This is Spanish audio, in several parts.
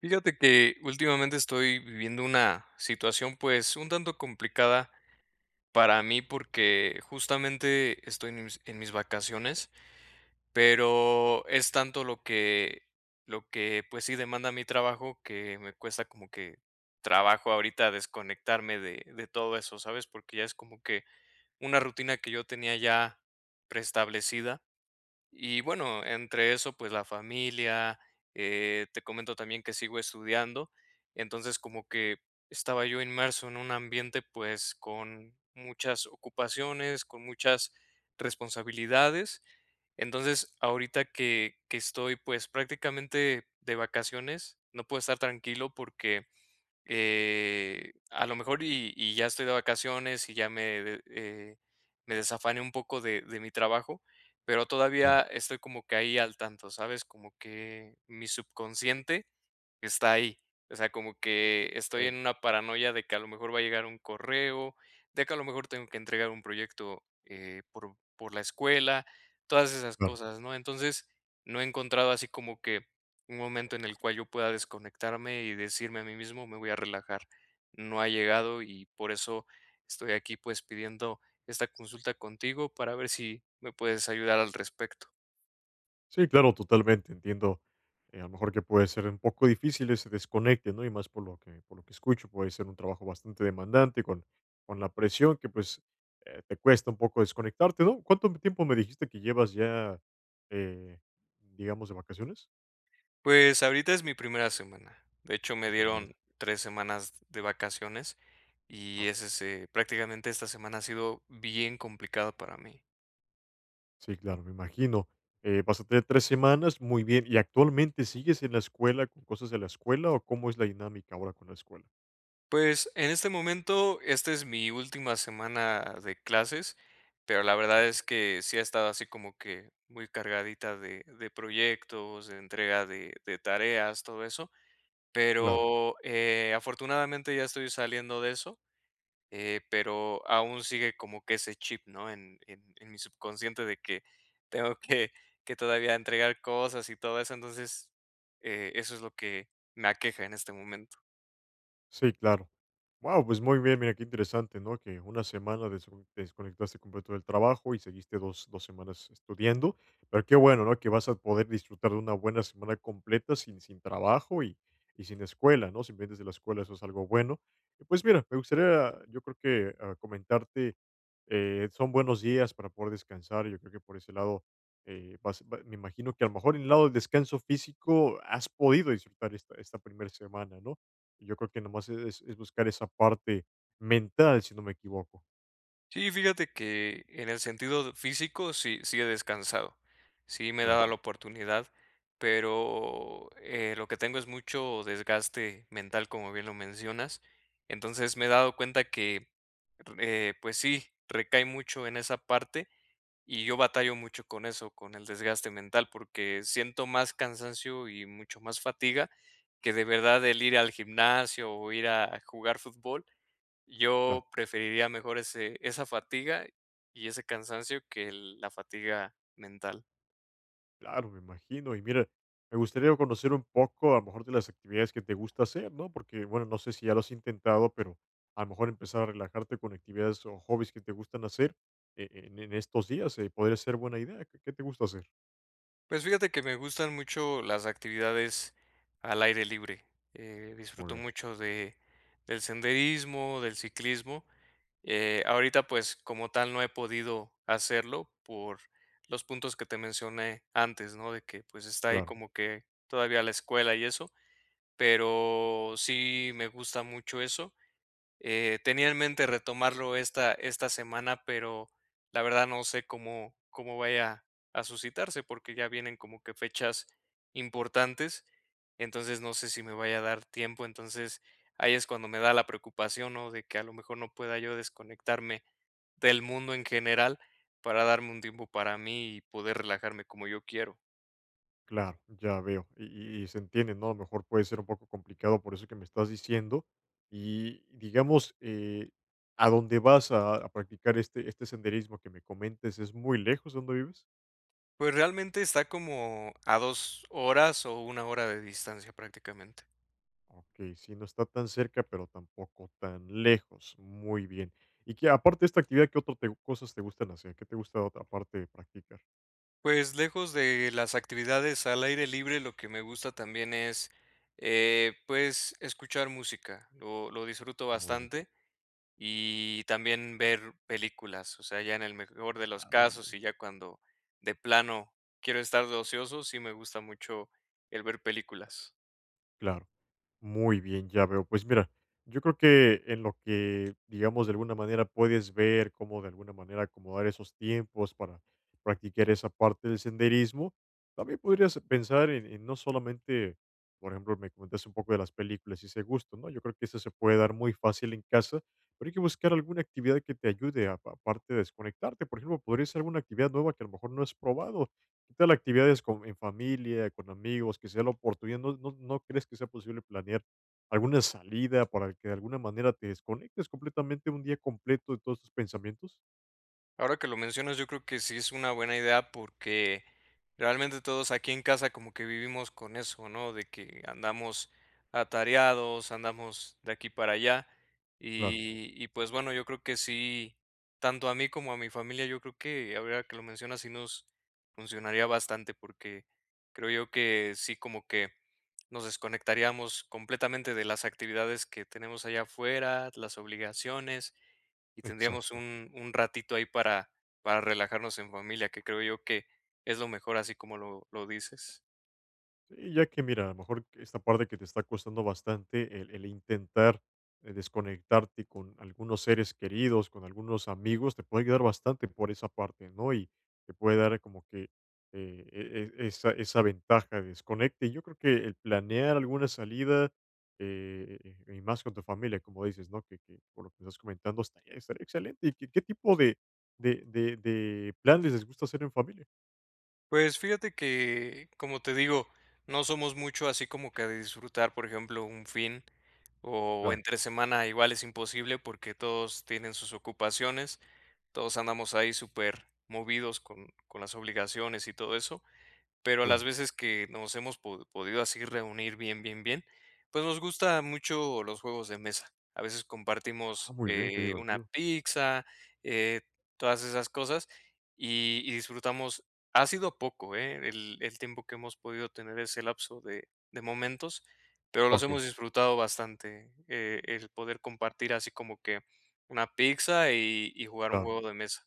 Fíjate que últimamente estoy viviendo una situación pues un tanto complicada para mí porque justamente estoy en mis vacaciones, pero es tanto lo que pues sí demanda mi trabajo que me cuesta como que trabajo ahorita desconectarme de todo eso, ¿sabes? Porque ya es como que una rutina que yo tenía ya preestablecida y bueno, entre eso, pues la familia, te comento también que sigo estudiando, entonces como que estaba yo inmerso en un ambiente pues con muchas ocupaciones, con muchas responsabilidades. Entonces, ahorita que estoy pues prácticamente de vacaciones, no puedo estar tranquilo porque a lo mejor y ya estoy de vacaciones y ya me desafane un poco de mi trabajo, pero Claro, todavía estoy como que ahí al tanto, ¿sabes? Como que mi subconsciente está ahí. O sea, como que estoy en eh, una paranoia de que a lo mejor va a llegar un correo, de que a lo mejor tengo que entregar un proyecto por la escuela, todas esas claro. cosas, ¿no? Entonces, no he encontrado así como que un momento en el cual yo pueda desconectarme y decirme a mí mismo, me voy a relajar. No ha llegado y por eso estoy aquí pues pidiendo esta consulta contigo para ver si me puedes ayudar al respecto. Sí, claro, totalmente, entiendo, a lo mejor que puede ser un poco difícil ese desconecte, ¿no? Y más por lo que escucho, puede ser un trabajo bastante demandante con la presión que, pues, te cuesta un poco desconectarte, ¿no? ¿Cuánto tiempo me dijiste que llevas ya, eh, digamos, de vacaciones? Pues ahorita es mi primera semana. De hecho, me La primera dieron es- 3 semanas de vacaciones ah, y es okey. ese prácticamente esta semana ha sido bien complicada para mí. Sí, claro, me imagino. Vas a tener 3 semanas, muy bien. ¿Y actualmente sigues en la escuela con cosas de la escuela o cómo es la dinámica ahora con la escuela? Pues, en este momento, esta es mi última semana de clases, pero la verdad es que sí ha estado así como que muy cargadita de proyectos, de entrega de tareas, todo eso, Claro. pero, afortunadamente ya estoy saliendo de eso. Pero aún sigue como que ese chip, ¿no? En mi subconsciente de que tengo que, que todavía entregar cosas y todo eso, entonces eso es lo que me aqueja en este momento. Sí, claro. Wow, pues muy bien, mira qué interesante, ¿no? Que una semana te desconectaste completo del trabajo y seguiste dos semanas estudiando, pero qué bueno, ¿no? Que vas a poder disfrutar de una buena semana completa sin trabajo y sin escuela, ¿no? Sin pendientes de la escuela, eso es algo bueno. Y pues mira, me gustaría, yo creo que comentarte, son buenos días para poder descansar, yo creo que por ese lado, me imagino que a lo mejor en el lado del descanso físico has podido disfrutar esta primera semana, ¿no? Yo creo que nomás es buscar esa parte mental, si no me equivoco. Sí, fíjate que en el sentido físico sí, sí he descansado, sí me he Claro, dado la oportunidad, pero lo que tengo es mucho desgaste mental, como bien lo mencionas, entonces me he dado cuenta que, pues sí, recae mucho en esa parte. Y yo batallo mucho con eso, con el desgaste mental, porque siento más cansancio y mucho más fatiga que de verdad el ir al gimnasio o ir a jugar fútbol. claro, Yo preferiría mejor esa fatiga y ese cansancio que la fatiga mental. claro, me imagino. Y mira, me gustaría conocer un poco, a lo mejor, de las actividades que te gusta hacer, ¿no? Porque, bueno, no sé si ya lo has intentado, pero a lo mejor empezar a relajarte con actividades o hobbies que te gustan hacer, en estos días, podría ser buena idea. Qué te gusta hacer? Pues fíjate que me gustan mucho las actividades al aire libre. Muy Disfruto bien, mucho del senderismo, del ciclismo. Ahorita, pues, como tal, no he podido hacerlo por los puntos que te mencioné antes, ¿no? De que, pues, está ahí claro. como que todavía la escuela y eso, pero sí me gusta mucho eso. Tenía en mente retomarlo esta semana, pero la verdad no sé cómo vaya a suscitarse, porque ya vienen como que fechas importantes, entonces no sé si me vaya a dar tiempo, entonces ahí es cuando me da la preocupación, ¿no? De que a lo mejor no pueda yo desconectarme del mundo en general para darme un tiempo para mí y poder relajarme como yo quiero. Claro, ya veo. Y se entiende, ¿no? A lo mejor puede ser un poco complicado por eso que me estás diciendo. Y digamos, a dónde vas a practicar este senderismo que me comentes, ¿es muy lejos de donde vives? Pues realmente está como a 2 horas o 1 hora de distancia prácticamente. Ok, sí, no está tan cerca, pero tampoco tan lejos. Muy bien. Y que aparte de esta actividad, ¿qué otras cosas te gustan hacer? ¿Qué te gusta aparte de practicar? Pues lejos de las actividades al aire libre, lo que me gusta también es, pues escuchar música, lo disfruto Muy bien, bastante y también ver películas, o sea, ya en el mejor de los ah muy casos bien. y ya cuando de plano quiero estar de ocioso, sí me gusta mucho el ver películas. Claro. Muy bien, ya veo. Pues mira, yo creo que en lo que, digamos, de alguna manera puedes ver cómo de alguna manera acomodar esos tiempos para practicar esa parte del senderismo, también podrías pensar en no solamente, por ejemplo, me comentaste un poco de las películas y ese gusto, ¿no? Yo creo que eso se puede dar muy fácil en casa, pero hay que buscar alguna actividad que te aparte de desconectarte. Por ejemplo, podría ser alguna actividad nueva que a lo mejor no has probado. ¿Qué tal actividades con en familia, con amigos, que sea la oportunidad? No crees que sea posible planear alguna salida para que de alguna manera te desconectes completamente un día completo de todos tus pensamientos? Ahora que lo mencionas, yo creo que sí es una buena idea porque realmente todos aquí en casa como que vivimos con eso, ¿no? De que andamos atareados, andamos de aquí para allá. Claro, Y pues bueno, yo creo que sí, tanto a mí como a mi familia, yo creo que ahora que lo mencionas, sí nos funcionaría bastante porque creo yo que sí como que nos desconectaríamos completamente de las actividades que tenemos allá afuera, las obligaciones y tendríamos exacto. Un ratito ahí para relajarnos en familia, que creo yo que es lo mejor así como lo dices. Sí, ya que mira, a lo mejor que esta parte que te está costando bastante, el intentar desconectarte con algunos seres queridos, con algunos amigos, te puede ayudar bastante por esa parte, ¿no? Y te puede dar como que esa ventaja de desconecte. Y yo creo que el planear alguna salida, eh, y más con tu familia, como dices, ¿no? Que por lo que estás comentando, estaría excelente. ¿Y qué, qué tipo de planes les gusta hacer en familia? Pues fíjate que, como te digo, no somos mucho así como que de disfrutar, por ejemplo, un fin o Claro, entre semana igual es imposible porque todos tienen sus ocupaciones, todos andamos ahí súper movidos con las obligaciones y todo eso. Pero las claro. veces que nos hemos podido así reunir bien, pues nos gusta mucho los juegos de mesa. A veces Ah, compartimos muy bien, qué una divertido. pizza, eh, todas esas cosas y disfrutamos. Ha sido poco, el tiempo que hemos podido tener ese lapso de momentos, pero los Ok, hemos disfrutado bastante. El poder compartir así como que una pizza y jugar un claro. juego de mesa.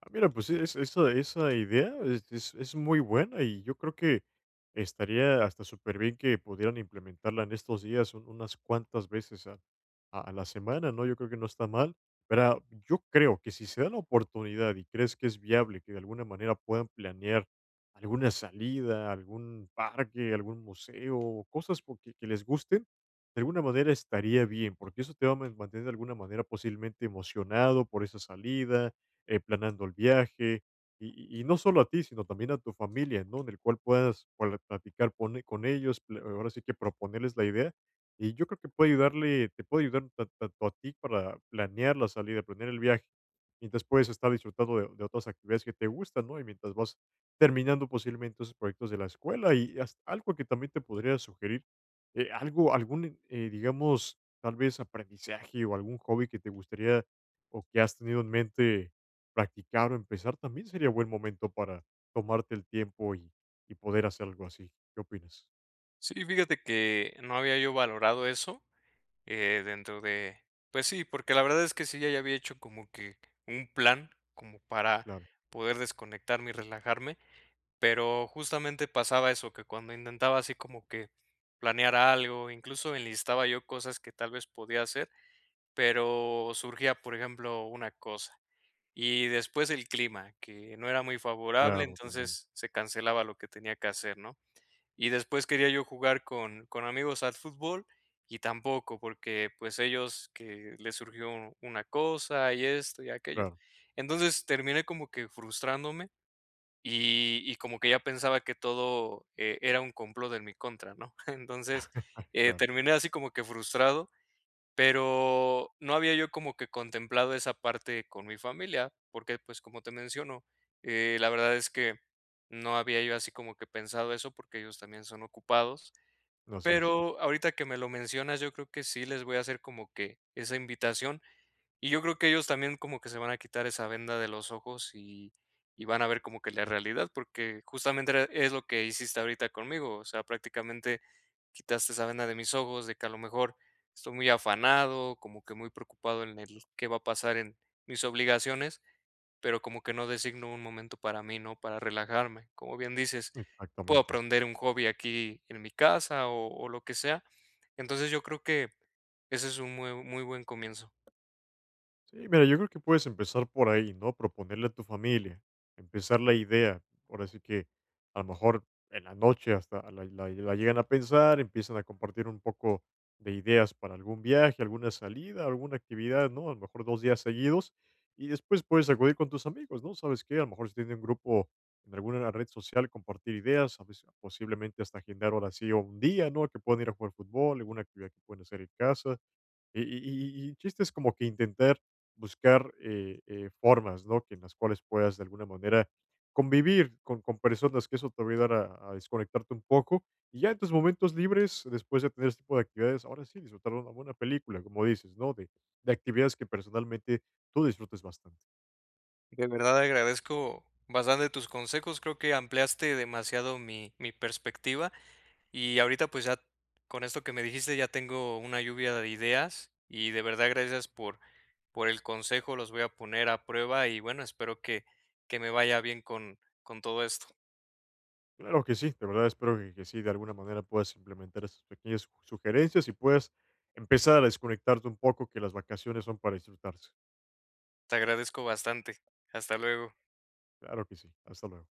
Ah, mira, pues sí, esa, es muy buena y yo creo que estaría hasta súper bien que pudieran implementarla en estos días unas cuantas veces a la semana, ¿no? Yo creo que no está mal, pero yo creo que si se da la oportunidad y crees que es viable que de alguna manera puedan planear alguna salida, algún parque, algún museo, que les gusten, de alguna manera estaría bien, porque eso te va a mantener de alguna manera posiblemente emocionado por esa salida, planeando el viaje, y, y no solo a ti, sino también a tu familia, ¿no? En el cual puedas con ellos, ahora sí que proponerles la idea. Y yo creo que puede ayudarle, te puede ayudar tanto a ti para planear la salida, planear el viaje, mientras puedes estar disfrutando de otras actividades que te gustan, ¿no? Y mientras vas terminando posiblemente esos proyectos de la escuela, y hasta algo que también te podría sugerir, algo, algún, digamos, tal vez aprendizaje o algún hobby que te gustaría o que has tenido en mente practicar o empezar, también sería buen momento para tomarte el tiempo y poder hacer algo así. ¿Qué opinas? Sí, fíjate que no había yo valorado eso dentro de pues sí, porque la verdad es que sí, ya había hecho como que un plan, como para Claro, poder desconectarme y relajarme, pero justamente pasaba eso, que cuando intentaba así como que planear algo, incluso enlistaba yo cosas que tal vez podía hacer, pero surgía, por ejemplo, una cosa. Y después el clima, que no era muy favorable, claro, también, entonces se cancelaba lo que tenía que hacer, ¿no? Y después quería yo jugar con amigos al fútbol, y tampoco, porque, pues, ellos que les surgió una cosa, y esto, y aquello. claro, Entonces, terminé como que frustrándome, y como que ya pensaba que todo, era un complot en mi contra, ¿no? Entonces, claro, terminé así como que frustrado. Pero no había yo como que contemplado esa parte con mi familia, porque, pues, como te menciono, la verdad es que no había yo así como que pensado eso, porque ellos también son ocupados. así es, Pero ahorita que me lo mencionas, yo creo que sí les voy a hacer como que esa invitación, y yo creo que ellos también como que se van a quitar esa venda de los ojos y van a ver como que la realidad, porque justamente era es lo que hiciste ahorita conmigo, o sea, prácticamente quitaste esa venda de mis ojos, de que a lo mejor estoy muy afanado, como que muy preocupado en el qué va a pasar en mis obligaciones, pero como que no designo un momento para mí, ¿no? Para relajarme. Como bien dices, puedo exactamente. aprender un hobby aquí en mi casa o lo que sea. Entonces, yo creo que ese es un muy muy buen comienzo. Sí, mira, yo creo que puedes empezar por ahí, ¿no? Proponerle a tu familia, empezar la idea. Ahora sí que a lo mejor en la noche hasta la llegan a pensar, empiezan a compartir un poco de ideas para algún viaje, alguna salida, alguna actividad, ¿no? A lo mejor dos días seguidos y después puedes acudir con tus amigos, ¿no? ¿Sabes qué? A lo mejor si tienen un grupo en alguna red social, compartir ideas, a veces posiblemente hasta agendar ahora sí o un día, ¿no? Que puedan ir a jugar fútbol, alguna actividad que pueden hacer en casa, y chiste es como que intentar buscar, formas, ¿no?, que en las cuales puedas de alguna manera convivir con personas, que eso te va a ayudar a desconectarte un poco, y ya en tus momentos libres, después de tener este tipo de actividades, ahora sí, disfrutar una buena película, como dices, ¿no?, de actividades que personalmente tú disfrutes bastante. De verdad agradezco bastante tus consejos, creo que ampliaste demasiado mi perspectiva y ahorita pues ya con esto que me dijiste ya tengo una lluvia de ideas y de verdad gracias por el consejo, los voy a poner a prueba y bueno, espero que me vaya bien con todo esto. Claro que sí, de verdad espero que sí, de alguna manera puedas implementar esas pequeñas sugerencias y puedas empezar a desconectarte un poco, que las vacaciones son para disfrutarse. Te agradezco bastante. Hasta luego. Claro que sí, hasta luego.